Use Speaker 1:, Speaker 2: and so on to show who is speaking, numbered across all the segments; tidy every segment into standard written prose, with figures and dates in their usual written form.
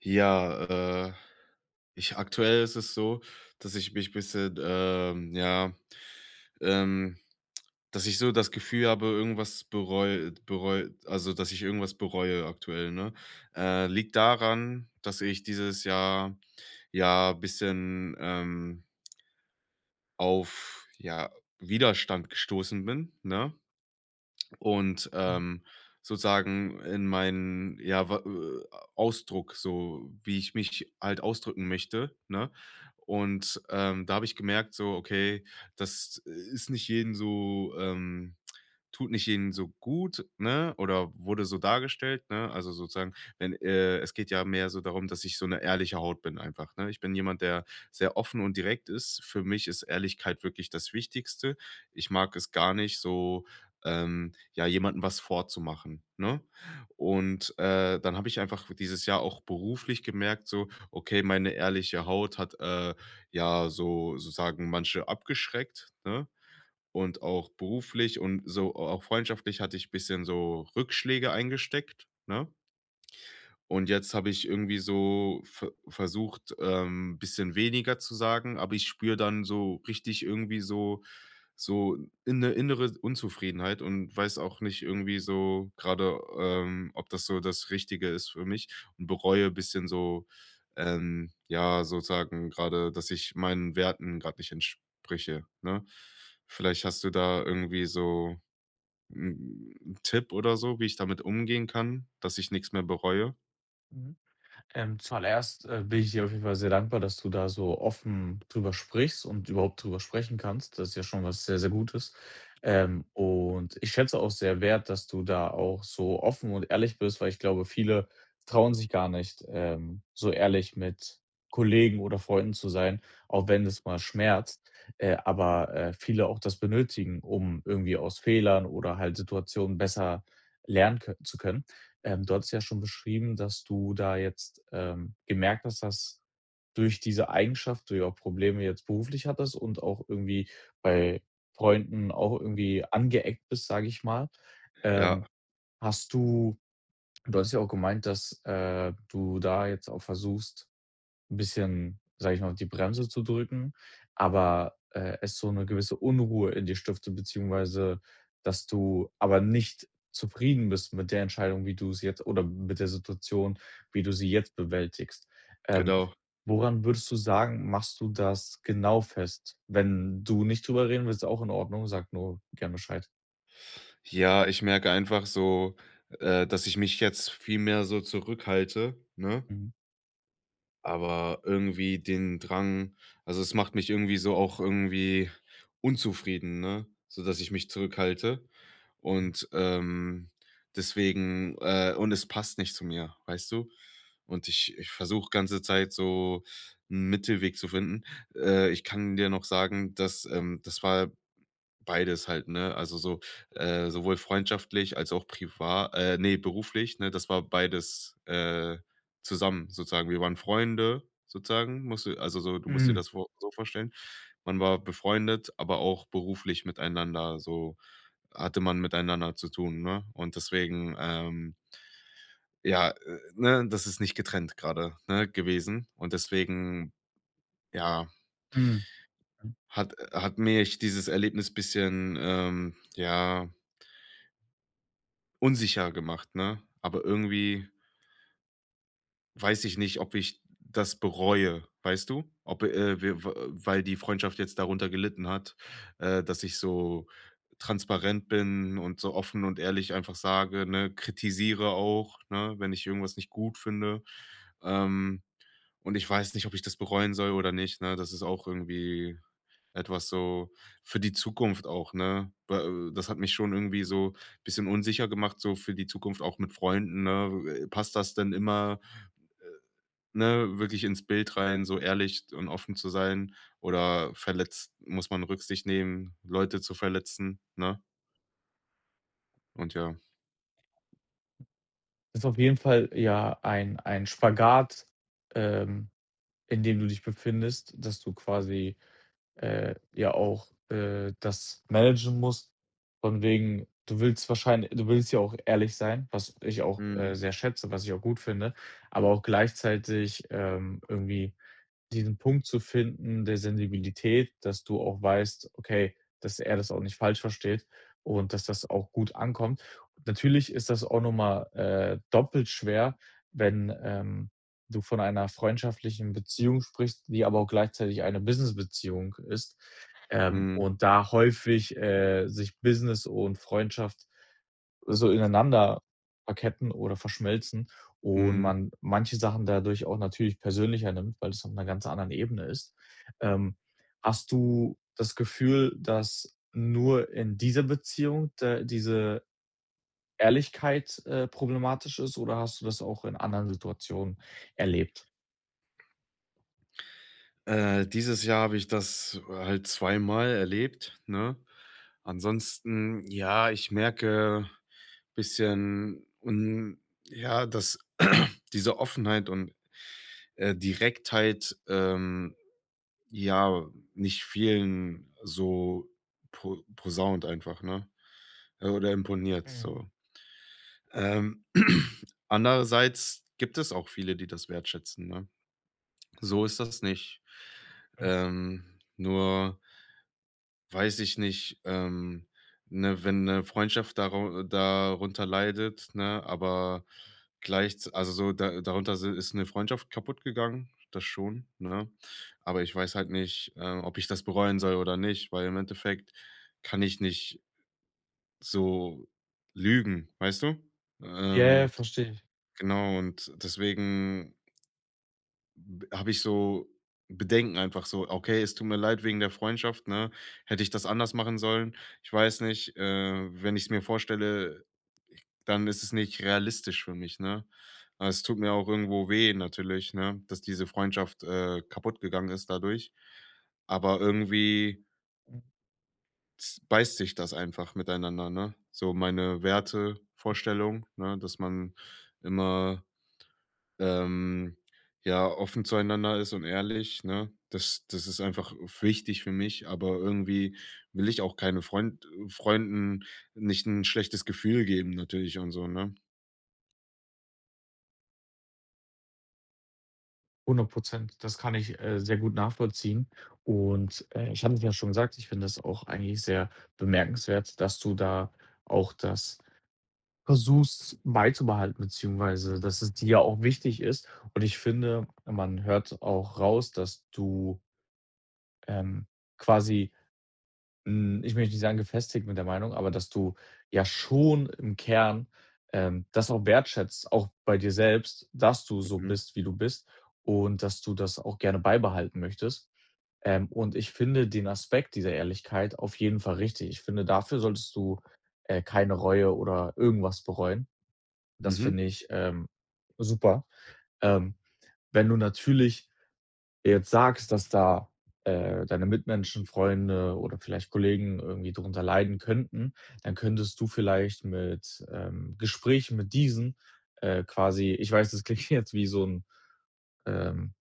Speaker 1: Ja, äh, ich aktuell ist es so, dass ich mich bisschen, ja, ähm dass ich so das Gefühl habe, irgendwas bereue, bereu also, dass ich irgendwas bereue aktuell, ne? Liegt daran, dass ich dieses Jahr, ja, bisschen, auf, ja, Widerstand gestoßen bin, ne? Und,
Speaker 2: Mhm,
Speaker 1: sozusagen in meinen, ja, wa Ausdruck, so wie ich mich halt ausdrücken möchte, ne? Und, da habe ich gemerkt so, okay, das ist nicht jeden so, tut nicht ihnen so gut, ne, oder wurde so dargestellt, ne? Also, sozusagen, wenn es geht ja mehr so darum, dass ich so eine ehrliche Haut bin einfach, ne? Ich bin jemand, der sehr offen und direkt ist. Für mich ist Ehrlichkeit wirklich das Wichtigste. Ich mag es gar nicht so, ja, jemandem was vorzumachen, ne? Und, dann habe ich einfach dieses Jahr auch beruflich gemerkt so, okay, meine ehrliche Haut hat, ja, so sozusagen manche abgeschreckt, ne? Und auch beruflich und so auch freundschaftlich hatte ich ein bisschen so Rückschläge eingesteckt, ne? Und jetzt habe ich irgendwie so versucht, ein bisschen weniger zu sagen, aber ich spüre dann so richtig irgendwie so so 'ne innere Unzufriedenheit und weiß auch nicht irgendwie so gerade ob das so das Richtige ist für mich und bereue ein bisschen so, ja, sozusagen gerade dass ich meinen Werten gerade nicht entspreche, ne? Vielleicht hast du da irgendwie so 'n Tipp oder so, wie ich damit umgehen kann, dass ich nichts mehr bereue?
Speaker 2: mhm. Zuallererst, bin ich dir auf jeden Fall sehr dankbar, dass du da so offen drüber sprichst und überhaupt drüber sprechen kannst. Das ist ja schon was sehr, sehr Gutes. Und ich schätze auch sehr wert, dass du da auch so offen und ehrlich bist, weil ich glaube, viele trauen sich gar nicht, so ehrlich mit Kollegen oder Freunden zu sein, auch wenn das mal schmerzt. Aber, viele auch das benötigen, um irgendwie aus Fehlern oder halt Situationen besser lernen kö zu können. Du hattest ja schon beschrieben, dass du da jetzt, gemerkt hast, dass durch diese Eigenschaft du ja auch Probleme jetzt beruflich hattest und auch irgendwie bei Freunden auch irgendwie angeeckt bist, sage ich mal.
Speaker 1: Ja,
Speaker 2: Ähm, hast du du hast ja auch gemeint, dass, du da jetzt auch versuchst ein bisschen, sage ich mal, die Bremse zu drücken, aber, es so eine gewisse Unruhe in dir stiftet, beziehungsweise, dass du aber nicht zufrieden bist mit der Entscheidung, wie du es jetzt oder mit der Situation, wie du sie jetzt bewältigst. Ähm,
Speaker 1: genau.
Speaker 2: woran würdest du sagen, machst du das genau fest? Wenn du nicht drüber reden willst, auch in Ordnung, sag nur gern Bescheid.
Speaker 1: Ja, ich merke einfach so, dass ich mich jetzt viel mehr so zurückhalte, ne?
Speaker 2: Mhm,
Speaker 1: Aber irgendwie den Drang also, es macht mich irgendwie so auch irgendwie unzufrieden, ne, so dass ich mich zurückhalte.
Speaker 2: mhm.
Speaker 1: Und, deswegen und es passt nicht zu mir, weißt du? Und ich versuche ganze Zeit so einen Mittelweg zu finden. Ich kann dir noch sagen, dass das war beides halt, ne? Also so, sowohl freundschaftlich als auch privat ne, beruflich, ne? Das war beides, zusammen sozusagen. Wir waren Freunde sozusagen, musst du also so du musst dir
Speaker 2: Mhm,
Speaker 1: das vorstellen. Man war befreundet, aber auch beruflich miteinander, so hatte man miteinander zu tun, ne? Und deswegen, ja, ne, das ist nicht getrennt gerade, ne, gewesen. Und deswegen, ja,
Speaker 2: mhm, mhm.
Speaker 1: hat mich dieses Erlebnis bisschen, ja unsicher gemacht, ne? Aber irgendwie weiß ich nicht, ob ich das bereue, weißt du? Ob, wir w weil die Freundschaft jetzt darunter gelitten hat, dass ich so transparent bin und so offen und ehrlich einfach sage, ne, kritisiere auch, ne, wenn ich irgendwas nicht gut finde. Ähm und ich weiß nicht, ob ich das bereuen soll oder nicht, ne? Das ist auch irgendwie etwas so für die Zukunft auch, ne? Weil, das hat mich schon irgendwie so bisschen unsicher gemacht, so für die Zukunft auch mit Freunden, ne? Passt das denn immer, ne, wirklich ins Bild rein, so ehrlich und offen zu sein? Oder verletzt muss man Rücksicht nehmen, Leute zu verletzen, ne? Und ja.
Speaker 2: Ist auf jeden Fall ja ein Spagat, ähm in dem du dich befindest, dass du quasi, ja auch, das managen musst, von wegen du willst ja auch ehrlich sein, was ich auch,
Speaker 1: Mhm.
Speaker 2: sehr schätze, was ich auch gut finde, aber auch gleichzeitig, irgendwie diesen Punkt zu finden der Sensibilität, dass du auch weißt, okay, dass er das auch nicht falsch versteht und dass das auch gut ankommt. Natürlich ist das auch noch mal, doppelt schwer, wenn, du von einer freundschaftlichen Beziehung sprichst, die aber auch gleichzeitig eine Businessbeziehung ist,
Speaker 1: Mhm.
Speaker 2: und da häufig, sich Business und Freundschaft so ineinander verketten oder verschmelzen und
Speaker 1: Mhm.
Speaker 2: man manche Sachen dadurch auch natürlich persönlicher nimmt, weil es auf einer ganz anderen Ebene ist. Ähm, hast du das Gefühl, dass nur in dieser Beziehung da diese Ehrlichkeit, problematisch ist oder hast du das auch in anderen Situationen erlebt?
Speaker 1: Dieses Jahr habe ich das halt zweimal erlebt, ne? Ansonsten, ja, ich merke bisschen un ja, dass diese Offenheit und, Direktheit, ja, nicht vielen so po posaunt einfach, ne? Oder imponiert
Speaker 2: Mhm,
Speaker 1: so. Ähm, andererseits gibt es auch viele, die das wertschätzen, ne? So ist das nicht.
Speaker 2: mhm.
Speaker 1: Nur weiß ich nicht, ne, wenn eine Freundschaft darau darunter leidet, ne, aber gleich, also, so da darunter si ist eine Freundschaft kaputt gegangen, das schon, ne? Aber ich weiß halt nicht, ob ich das bereuen soll oder nicht, weil im Endeffekt kann ich nicht so lügen, weißt du?
Speaker 2: Ja, ja,
Speaker 1: Ähm,
Speaker 2: verstehe ich.
Speaker 1: genau und deswegen habe ich so Bedenken einfach so: „Okay, es tut mir leid wegen der Freundschaft, ne? Hätte ich das anders machen sollen? Ich weiß nicht, wenn ich es mir vorstelle, dann ist es nicht realistisch für mich“, ne? Aber es tut mir auch irgendwo weh natürlich, ne, dass diese Freundschaft, kaputt gegangen ist dadurch. Aber irgendwie z beißt sich das einfach miteinander, ne? So meine Werte, Vorstellungen, ne, dass man immer ähm, ja, offen zueinander ist und ehrlich, ne? Das ist einfach wichtig für mich, aber irgendwie will ich auch keine Freunden nicht ein schlechtes Gefühl geben natürlich und so, ne?
Speaker 2: 100%. Das kann ich, sehr gut nachvollziehen. Und, ich hatte es ja schon gesagt, ich finde das auch eigentlich sehr bemerkenswert, dass du da auch das versuchst beizubehalten, beziehungsweise dass es dir auch wichtig ist. Und ich finde, man hört auch raus, dass du, ähm, quasi ich möchte nicht sagen gefestigt mit der Meinung, aber dass du ja schon im Kern, das auch wertschätzt, auch bei dir selbst, dass du so
Speaker 1: Mhm.
Speaker 2: bist, wie du bist und dass du das auch gerne beibehalten möchtest. Und ich finde den Aspekt dieser Ehrlichkeit auf jeden Fall richtig. Ich finde, dafür solltest du, keine Reue oder irgendwas bereuen. Das
Speaker 1: Mhm.
Speaker 2: finde ich, super. Ähm, wenn du natürlich jetzt sagst, dass da, deine Mitmenschen, Freunde oder vielleicht Kollegen irgendwie darunter leiden könnten, dann könntest du vielleicht mit, Gesprächen mit diesen, quasi ich weiß, das klingt jetzt wie ähm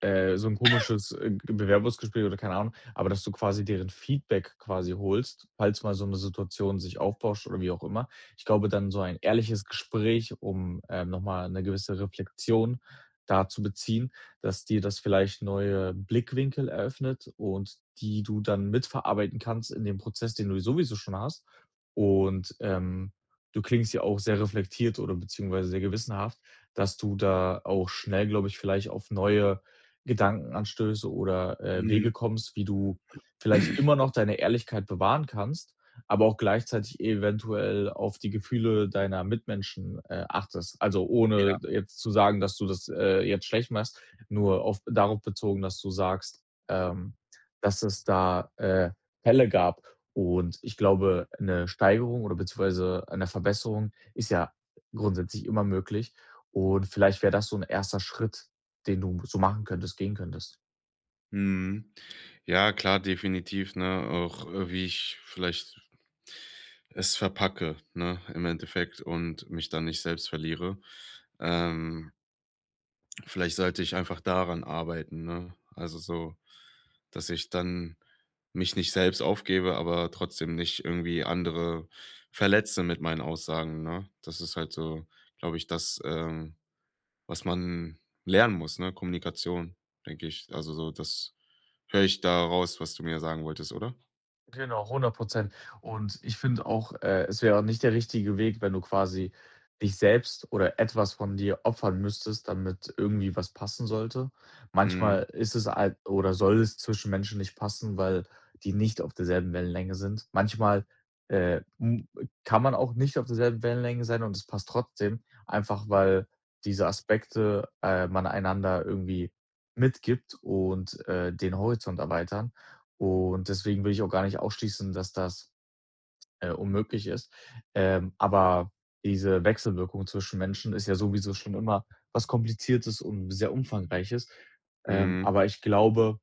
Speaker 2: so 'n komisches, G Bewerbungsgespräch oder keine Ahnung, aber dass du quasi deren Feedback quasi holst, falls mal so 'ne Situation sich aufbauscht oder wie auch immer. Ich glaube, dann so ein ehrliches Gespräch, um, noch mal 'ne gewisse Reflexion da zu beziehen, dass dir das vielleicht neue Blickwinkel eröffnet und die du dann mitverarbeiten kannst in dem Prozess, den du sowieso schon hast. Und, du klingst ja auch sehr reflektiert oder beziehungsweise sehr gewissenhaft, dass du da auch schnell, glaube ich, vielleicht auf neue Gedankenanstöße oder,
Speaker 1: Mhm.
Speaker 2: Wege kommst, wie du vielleicht immer noch deine Ehrlichkeit bewahren kannst, aber auch gleichzeitig eventuell auf die Gefühle deiner Mitmenschen, achtest. Also,
Speaker 1: Ja.
Speaker 2: ohne jetzt zu sagen, dass du das, jetzt schlecht machst, nur auf darauf bezogen, dass du sagst, ähm, dass es da, Fälle gab. Und ich glaube, eine Steigerung oder beziehungsweise eine Verbesserung ist ja grundsätzlich immer möglich und vielleicht wäre das so ein erster Schritt. Den du so machen könntest, gehen könntest?
Speaker 1: Mhm. Ja, klar, definitiv, ne? Auch, wie ich vielleicht es verpacke, ne, im Endeffekt und mich dann nicht selbst verliere. Ähm Vielleicht sollte ich einfach daran arbeiten, ne? Also so, dass ich dann mich nicht selbst aufgebe, aber trotzdem nicht irgendwie andere verletze mit meinen Aussagen, ne? Das ist halt so, glaube ich, das, was man lernen muss, ne? Kommunikation, denke ich. Also so, das höre ich da raus, was du mir sagen wolltest, oder?
Speaker 2: Genau, 100%. Und ich finde auch, es wäre nicht der richtige Weg, wenn du quasi dich selbst oder etwas von dir opfern müsstest, damit irgendwie was passen sollte.
Speaker 1: Mhm.
Speaker 2: Manchmal ist es halt oder soll es zwischen Menschen nicht passen, weil die nicht auf derselben Wellenlänge sind. Manchmal, m kann man auch nicht auf derselben Wellenlänge sein und es passt trotzdem, einfach weil diese Aspekte, man einander irgendwie mitgibt und, den Horizont erweitern. Und deswegen will ich auch gar nicht ausschließen, dass das, unmöglich ist. Aber diese Wechselwirkung zwischen Menschen ist ja sowieso schon immer was Kompliziertes und sehr Umfangreiches.
Speaker 1: Mhm.
Speaker 2: Aber ich glaube,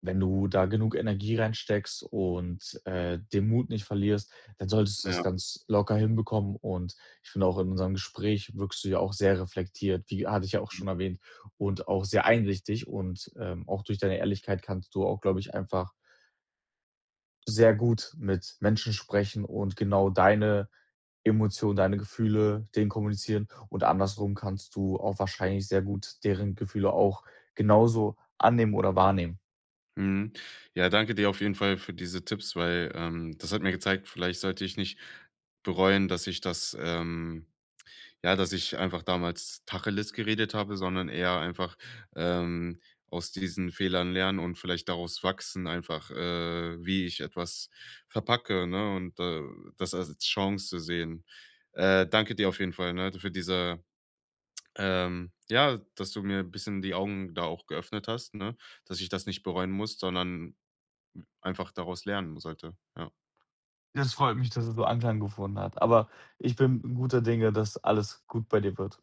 Speaker 2: wenn du da genug Energie reinsteckst und, den Mut nicht verlierst, dann solltest du das
Speaker 1: Ja.
Speaker 2: ganz locker hinbekommen. Und ich finde auch in unserem Gespräch wirkst du ja auch sehr reflektiert, wie hatte ich ja auch schon erwähnt, und auch sehr einsichtig. Und, auch durch deine Ehrlichkeit kannst du auch, glaube ich, einfach sehr gut mit Menschen sprechen und genau deine Emotionen, deine Gefühle denen kommunizieren und andersrum kannst du auch wahrscheinlich sehr gut deren Gefühle auch genauso annehmen oder wahrnehmen.
Speaker 1: Mhm. Ja, danke dir auf jeden Fall für diese Tipps, weil, das hat mir gezeigt, vielleicht sollte ich nicht bereuen, dass ich das, ja, dass ich einfach damals Tacheles geredet habe, sondern eher einfach, ähm, aus diesen Fehlern lernen und vielleicht daraus wachsen einfach, wie ich etwas verpacke, ne, und, das als Chance zu sehen. Danke dir auf jeden Fall, ne, für diese ja, dass du mir ein bisschen die Augen da auch geöffnet hast, ne, dass ich das nicht bereuen muss, sondern einfach daraus lernen sollte, ja.
Speaker 2: Das freut mich, dass es so Anklang gefunden hat, aber ich bin guter Dinge, dass alles gut bei dir wird.